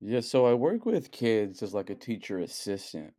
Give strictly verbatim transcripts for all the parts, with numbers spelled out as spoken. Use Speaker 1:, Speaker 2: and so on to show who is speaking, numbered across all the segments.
Speaker 1: Yeah, so I work with kids as like a teacher assistant.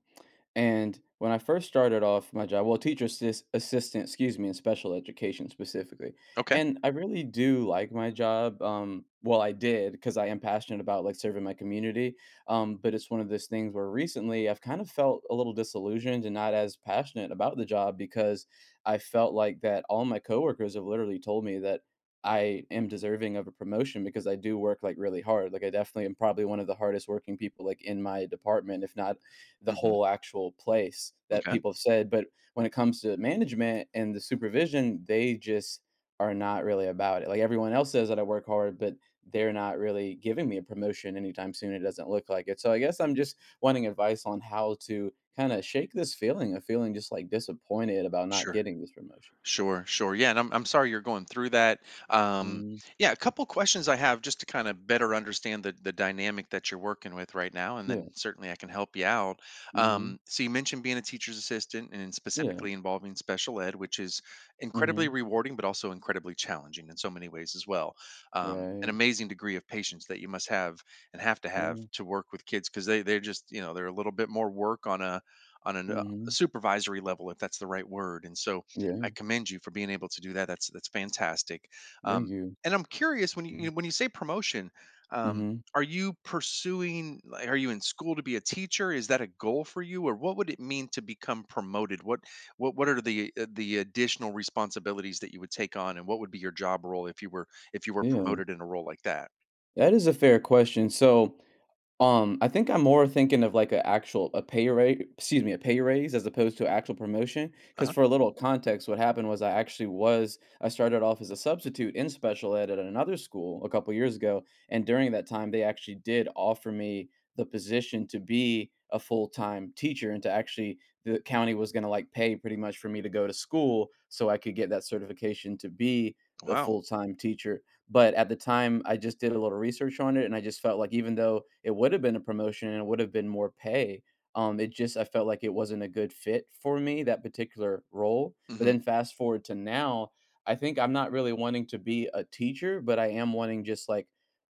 Speaker 1: And when I first started off my job, well, teacher assist, assistant, excuse me, in special education specifically,
Speaker 2: Okay.
Speaker 1: and I really do like my job. Um, well, I did because I am passionate about like serving my community. Um, but it's one of those things where recently I've kind of felt a little disillusioned and not as passionate about the job because I felt like that all my coworkers have literally told me that I am deserving of a promotion because I do work like really hard. Like I definitely am probably one of the hardest working people like in my department, if not the
Speaker 2: Mhm.
Speaker 1: whole actual place that
Speaker 2: Okay.
Speaker 1: people have said. But when it comes to management and the supervision, they just are not really about it. Like everyone else says that I work hard, but they're not really giving me a promotion anytime soon. It doesn't look like it. So I guess I'm just wanting advice on how to kind of shake this feeling of feeling just like disappointed about not
Speaker 2: Sure.
Speaker 1: getting this promotion.
Speaker 2: Sure, sure. Yeah, and I'm I'm sorry you're going through that. Um,
Speaker 1: Hmm.
Speaker 2: yeah, a couple questions I have just to kind of better understand the the dynamic that you're working with right now, and
Speaker 1: Yeah.
Speaker 2: then certainly I can help you out.
Speaker 1: Hmm.
Speaker 2: Um, so you mentioned being a teacher's assistant and
Speaker 1: Yeah.
Speaker 2: specifically involving special ed, which is incredibly
Speaker 1: Hmm.
Speaker 2: rewarding, but also incredibly challenging in so many ways as well. Um, an
Speaker 1: Right.
Speaker 2: amazing degree of patience that you must have and have to have
Speaker 1: Yeah.
Speaker 2: to work with kids, because they they're just you know they're a little bit more work on a on an, uh, a
Speaker 1: Hmm.
Speaker 2: supervisory level, if that's the right word, and so
Speaker 1: Yeah.
Speaker 2: I commend you for being able to do that. That's that's fantastic.
Speaker 1: Thank
Speaker 2: Um,
Speaker 1: you.
Speaker 2: and I'm curious, when you
Speaker 1: Mm-hmm.
Speaker 2: you- when you say promotion, um,
Speaker 1: Mm-hmm.
Speaker 2: are you pursuing? Like, are you in school to be a teacher? Is that a goal for you, or what would it mean to become promoted? What what what are the uh, the additional responsibilities that you would take on, and what would be your job role if you were if you were
Speaker 1: Yeah.
Speaker 2: promoted in a role like that?
Speaker 1: That is a fair question. So Um, I think I'm more thinking of like a actual a pay raise, excuse me, a pay raise as opposed to actual promotion.
Speaker 2: Uh
Speaker 1: Because
Speaker 2: huh.
Speaker 1: for a little context, what happened was I actually was I started off as a substitute in special ed at another school a couple years ago, and during that time they actually did offer me the position to be a full time teacher and to actually the county was going to like pay pretty much for me to go to school so I could get that certification to be the
Speaker 2: Wow.
Speaker 1: full time teacher, but at the time, I just did a little research on it, and I just felt like even though it would have been a promotion and it would have been more pay, um, it just I felt like it wasn't a good fit for me, that particular role. But
Speaker 2: Hmm.
Speaker 1: then fast forward to now, I think I'm not really wanting to be a teacher, but I am wanting just like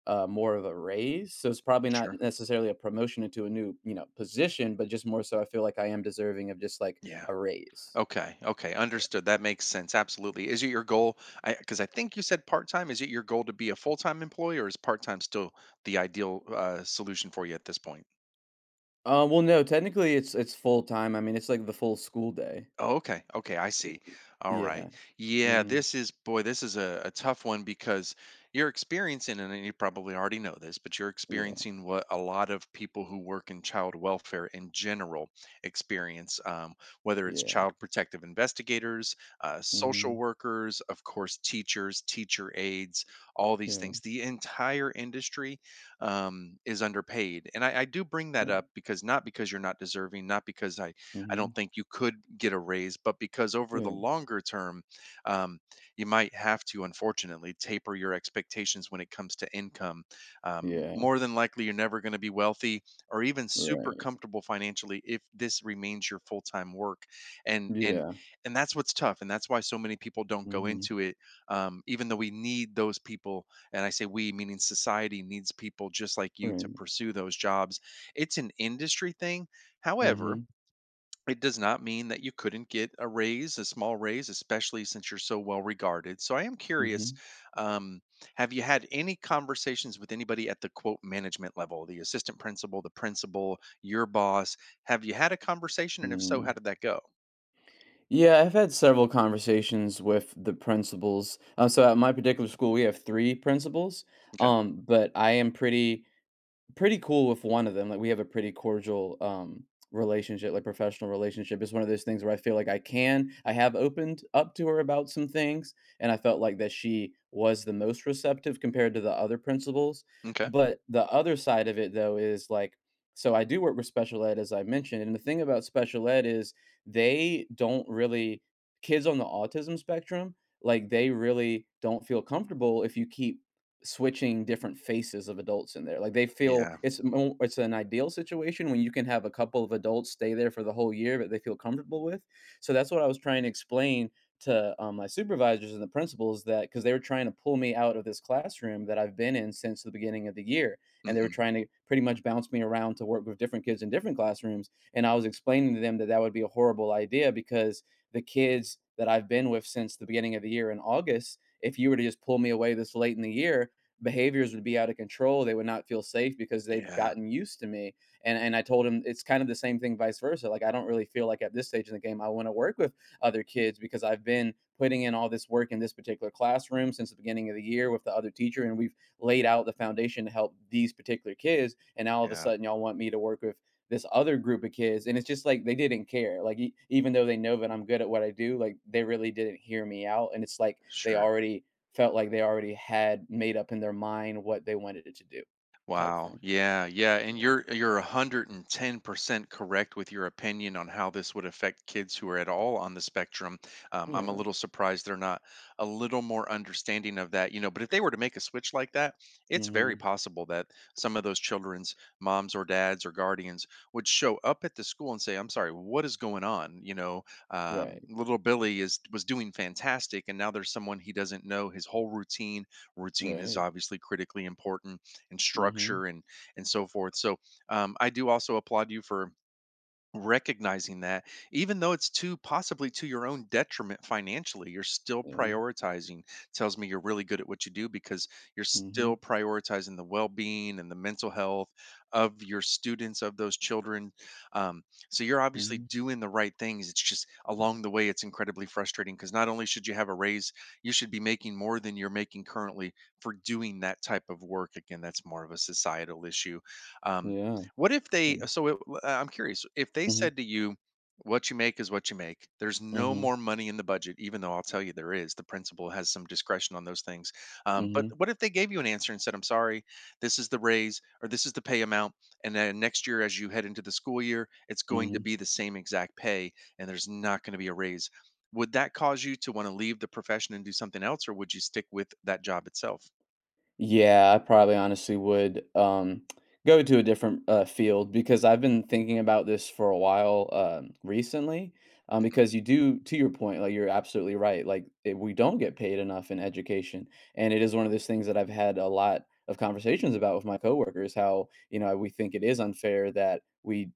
Speaker 1: uh, more of a raise. So it's probably not
Speaker 2: Sure.
Speaker 1: necessarily a promotion into a new, you know, position, but just more so I feel like I am deserving of just like
Speaker 2: Yeah.
Speaker 1: a raise.
Speaker 2: Okay. Okay.
Speaker 1: Yeah.
Speaker 2: Understood. That makes sense. Absolutely. Is it your goal? I Because I think you said part time. Is it your goal to be a full time employee, or is part time still the ideal uh, solution for you at this point?
Speaker 1: Uh, well, no, technically it's it's full time. I mean, it's like the full school day.
Speaker 2: Oh, okay. Okay, I
Speaker 1: Y
Speaker 2: see.
Speaker 1: y
Speaker 2: All right.
Speaker 1: yeah,
Speaker 2: Yeah,
Speaker 1: mhm,
Speaker 2: this is, boy, this is a, a tough one, because you're experiencing, and you probably already know this, but you're
Speaker 1: yeah,
Speaker 2: experiencing what a lot of people who work in child welfare in general experience, um, whether it's
Speaker 1: yeah,
Speaker 2: child protective investigators, uh, social
Speaker 1: mhm,
Speaker 2: workers, of course, teachers, teacher aides, all these
Speaker 1: yeah,
Speaker 2: things. The entire industry um, is underpaid, and I, I do bring that
Speaker 1: right,
Speaker 2: up, because not because you're not deserving, not because I I
Speaker 1: mhm,
Speaker 2: don't think you could get a raise, but because over the
Speaker 1: yeah,
Speaker 2: longer term, um, you might have to, unfortunately, taper your expectations when it comes to income. Um,
Speaker 1: yeah,
Speaker 2: more than likely, you're never going to be wealthy or even super
Speaker 1: right,
Speaker 2: comfortable financially if this remains your full-time work. And and
Speaker 1: yeah,
Speaker 2: and that's what's tough, and that's why so many people don't go
Speaker 1: mhm,
Speaker 2: into it. Um, even though we need those people, and I say we, meaning society needs people just like you to
Speaker 1: right,
Speaker 2: pursue those jobs. It's an industry thing. However,
Speaker 1: mhm,
Speaker 2: it does not mean that you couldn't get a raise, a small raise, especially since you're so well regarded. So I am curious,
Speaker 1: mhm,
Speaker 2: um, have you had any conversations with anybody at the quote management level, the assistant principal, the principal, your boss? Have you had a conversation? And if so, how
Speaker 1: mm.
Speaker 2: did that go?
Speaker 1: Yeah, I've had several conversations with the principals, uh, so at my particular school, we have three principals,
Speaker 2: Okay.
Speaker 1: um, but I am pretty Pretty cool with one of them, like, we have a pretty cordial, um, relationship, like, professional relationship. It's one of those things where I feel like I can I have opened up to her about some things, and I felt like that she was the most receptive compared to the other principals,
Speaker 2: Okay.
Speaker 1: but the other side of it, though, is, like so I do work with special ed, as I mentioned, and the thing about special ed is they don't really kids on the autism spectrum, like, they really don't feel comfortable if you keep switching different faces of adults in there. Like they feel
Speaker 2: Yeah.
Speaker 1: it's mo it's an ideal situation when you can have a couple of adults stay there for the whole year that they feel comfortable with. So that's what I was trying to explain to, um, my supervisors and the principals, that because they were trying to pull me out of this classroom that I've been in since the beginning of the year, and they were
Speaker 2: Hmm.
Speaker 1: trying to pretty much bounce me around to work with different kids in different classrooms, and I was explaining to them that that would be a horrible idea because the kids that I've been with since the beginning of the year in August, if you were to just pull me away this late in the year, behaviors would be out of control. They would not feel safe because they've
Speaker 2: Yeah.
Speaker 1: gotten used to me. And and I told him it's kind of the same thing vice versa. Like I don't really feel like at this stage in the game I want to work with other kids because I've been putting in all this work in this particular classroom since the beginning of the year with the other teacher and we've laid out the foundation to help these particular kids, and now all of a
Speaker 2: Yeah.
Speaker 1: sudden y'all want me to work with this other group of kids, and it's just like they didn't care, like e- even though they know that i'm good at what i do, like they really didn't hear me out, and it's like they
Speaker 2: Sure.
Speaker 1: already Felt like they already had made up in their mind what they wanted it to do, type
Speaker 2: Wow.
Speaker 1: thing.
Speaker 2: Yeah, yeah, and
Speaker 1: Yeah,
Speaker 2: you're you're one hundred ten percent correct with your opinion on how this would affect kids who are at all on the spectrum. Um, I'm a
Speaker 1: yeah.
Speaker 2: little surprised they're not a little more understanding of that, you know, but if they were to make a switch like that, it's very
Speaker 1: Mhm.
Speaker 2: possible that some of those children's moms or dads or guardians would show up at the school and say, "I'm sorry, what is going on?" You know, um,
Speaker 1: Right,
Speaker 2: little Billy is was doing fantastic, and now there's someone he doesn't know. His whole routine routine is
Speaker 1: right.
Speaker 2: obviously critically important, and
Speaker 1: Mhm.
Speaker 2: structure, and and so forth. So um, I do also applaud you for recognizing that, even though it's to possibly to your own detriment financially, you're still
Speaker 1: Yeah.
Speaker 2: prioritizing — tells me you're really good at what you do, because you're still
Speaker 1: Mhm,
Speaker 2: prioritizing the well-being and the mental health of your students, of those children. Um, so you're obviously
Speaker 1: mhm.
Speaker 2: doing the right things. It's just along the way it's incredibly frustrating, because not only should you have a raise, you should be making more than you're making currently for doing that type of work. Again, that's more of a societal issue. um,
Speaker 1: Yeah.
Speaker 2: what if they — uh, so it w uh, I'm curious, if they
Speaker 1: Mhm,
Speaker 2: said to you, "What you make is what you make. There's no
Speaker 1: mhm,
Speaker 2: more money in the budget," even though I'll tell you there is, the principal has some discretion on those things, um, but
Speaker 1: mhm,
Speaker 2: what if they gave you an answer and said, "I'm sorry, this is the raise, or this is the pay amount, and then next year as you head into the school year, it's going to
Speaker 1: mhm.
Speaker 2: be the same exact pay, and there's not gonna be a raise." Would that cause you to wanna leave the profession and do something else, or would you stick with that job itself?
Speaker 1: Yeah, I probably honestly would, um, go to a different, uh, field because I've been thinking about this for a while, um, recently, um, because you do, to your point, like, you're absolutely right, like, eh, we don't get paid enough in education, and it is one of those things that I've had a lot of conversations about with my coworkers, how, you know, we think it is unfair that we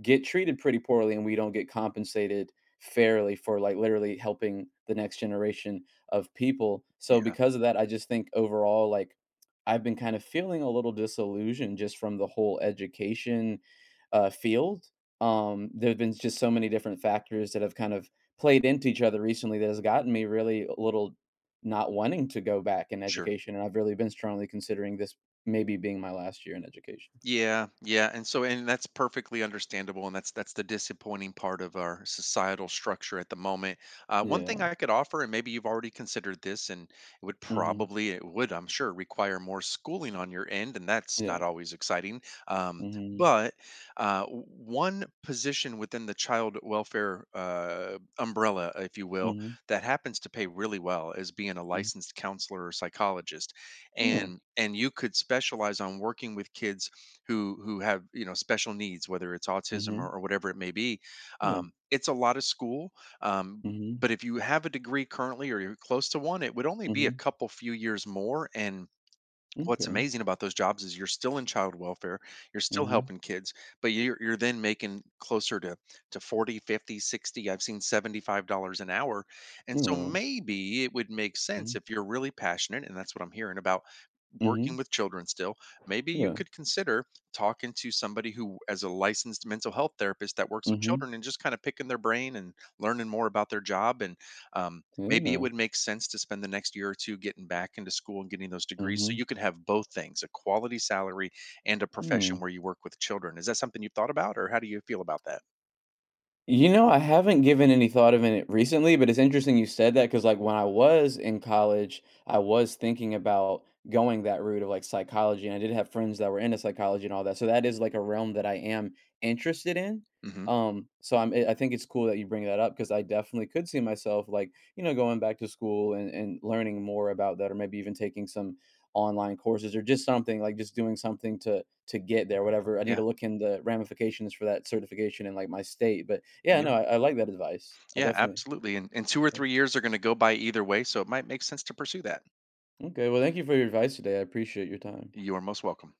Speaker 1: get treated pretty poorly and we don't get compensated fairly for like literally helping the next generation of people. So
Speaker 2: Yeah,
Speaker 1: because of that, I just think overall like I've been kind of feeling a little disillusioned just from the whole education uh, field. Um, there have been just so many different factors that have kind of played into each other recently that has gotten me really a little not wanting to go back in
Speaker 2: sure.
Speaker 1: education. And I've really been strongly considering this maybe being my last year in education.
Speaker 2: Yeah, yeah, and so, and that's perfectly understandable, and that's that's the disappointing part of our societal structure at the moment. Uh, one
Speaker 1: Yeah.
Speaker 2: thing I could offer, and maybe you've already considered this, and it would
Speaker 1: Hmm.
Speaker 2: probably it would, I'm sure, require more schooling on your end, and that's
Speaker 1: Yeah.
Speaker 2: not always exciting. Um,
Speaker 1: Hmm.
Speaker 2: but uh, w- one position within the child welfare uh, umbrella, if you will,
Speaker 1: Mhm,
Speaker 2: that happens to pay really well is being a
Speaker 1: mhm.
Speaker 2: licensed counselor or psychologist,
Speaker 1: Yeah,
Speaker 2: and and you could specialize on working with kids who who have, you know, special needs, whether it's autism, or,
Speaker 1: mhm,
Speaker 2: or whatever it may be.
Speaker 1: yeah,
Speaker 2: Um, it's a lot of school. Um,
Speaker 1: mhm,
Speaker 2: but if you have a degree currently, or you're close to one, it would only be a
Speaker 1: mhm,
Speaker 2: couple few years more, and what's
Speaker 1: okay,
Speaker 2: amazing about those jobs is you're still in child welfare, you're still
Speaker 1: mhm,
Speaker 2: helping kids, but you're, you're then making closer to to forty, fifty, sixty, I've seen seventy-five dollars an hour. And so
Speaker 1: yeah,
Speaker 2: maybe it would make sense,
Speaker 1: mhm,
Speaker 2: if you're really passionate, and that's what I'm hearing about, working
Speaker 1: mhm,
Speaker 2: with children still, maybe you
Speaker 1: yeah,
Speaker 2: could consider talking to somebody who as a licensed mental health therapist that works with
Speaker 1: mhm,
Speaker 2: children and just kind of picking their brain and learning more about their job, and um, maybe it
Speaker 1: yeah,
Speaker 2: would make sense to spend the next year or two getting back into school and getting those degrees, so
Speaker 1: mhm,
Speaker 2: you could have both things, a quality salary and a profession
Speaker 1: hmm.
Speaker 2: where you work with children. Is that something you've thought about, or how do you feel about that?
Speaker 1: You know, I haven't given any thought of it recently, but it's interesting you said that because, like, when I was in college, I was thinking about going that route of like psychology, and I did have friends that were into psychology and all that. So that is like a realm that I am interested in.
Speaker 2: Mhm.
Speaker 1: Um, so I'm, I I think it's cool that you bring that up because I definitely could see myself, like, you know, going back to school, and, and learning more about that, or maybe even taking some online courses or just something, like just doing something to to get there, whatever i need
Speaker 2: Yeah,
Speaker 1: to look into ramifications for that certification in like my state. But yeah,
Speaker 2: yeah,
Speaker 1: no, i, I like that advice, i
Speaker 2: yeah,
Speaker 1: definitely,
Speaker 2: absolutely, and and two or
Speaker 1: yeah.
Speaker 2: three years are gonna go by either way, so it might make sense to pursue that.
Speaker 1: Okay, well, thank you for your advice today. I appreciate your time.
Speaker 2: You are most welcome.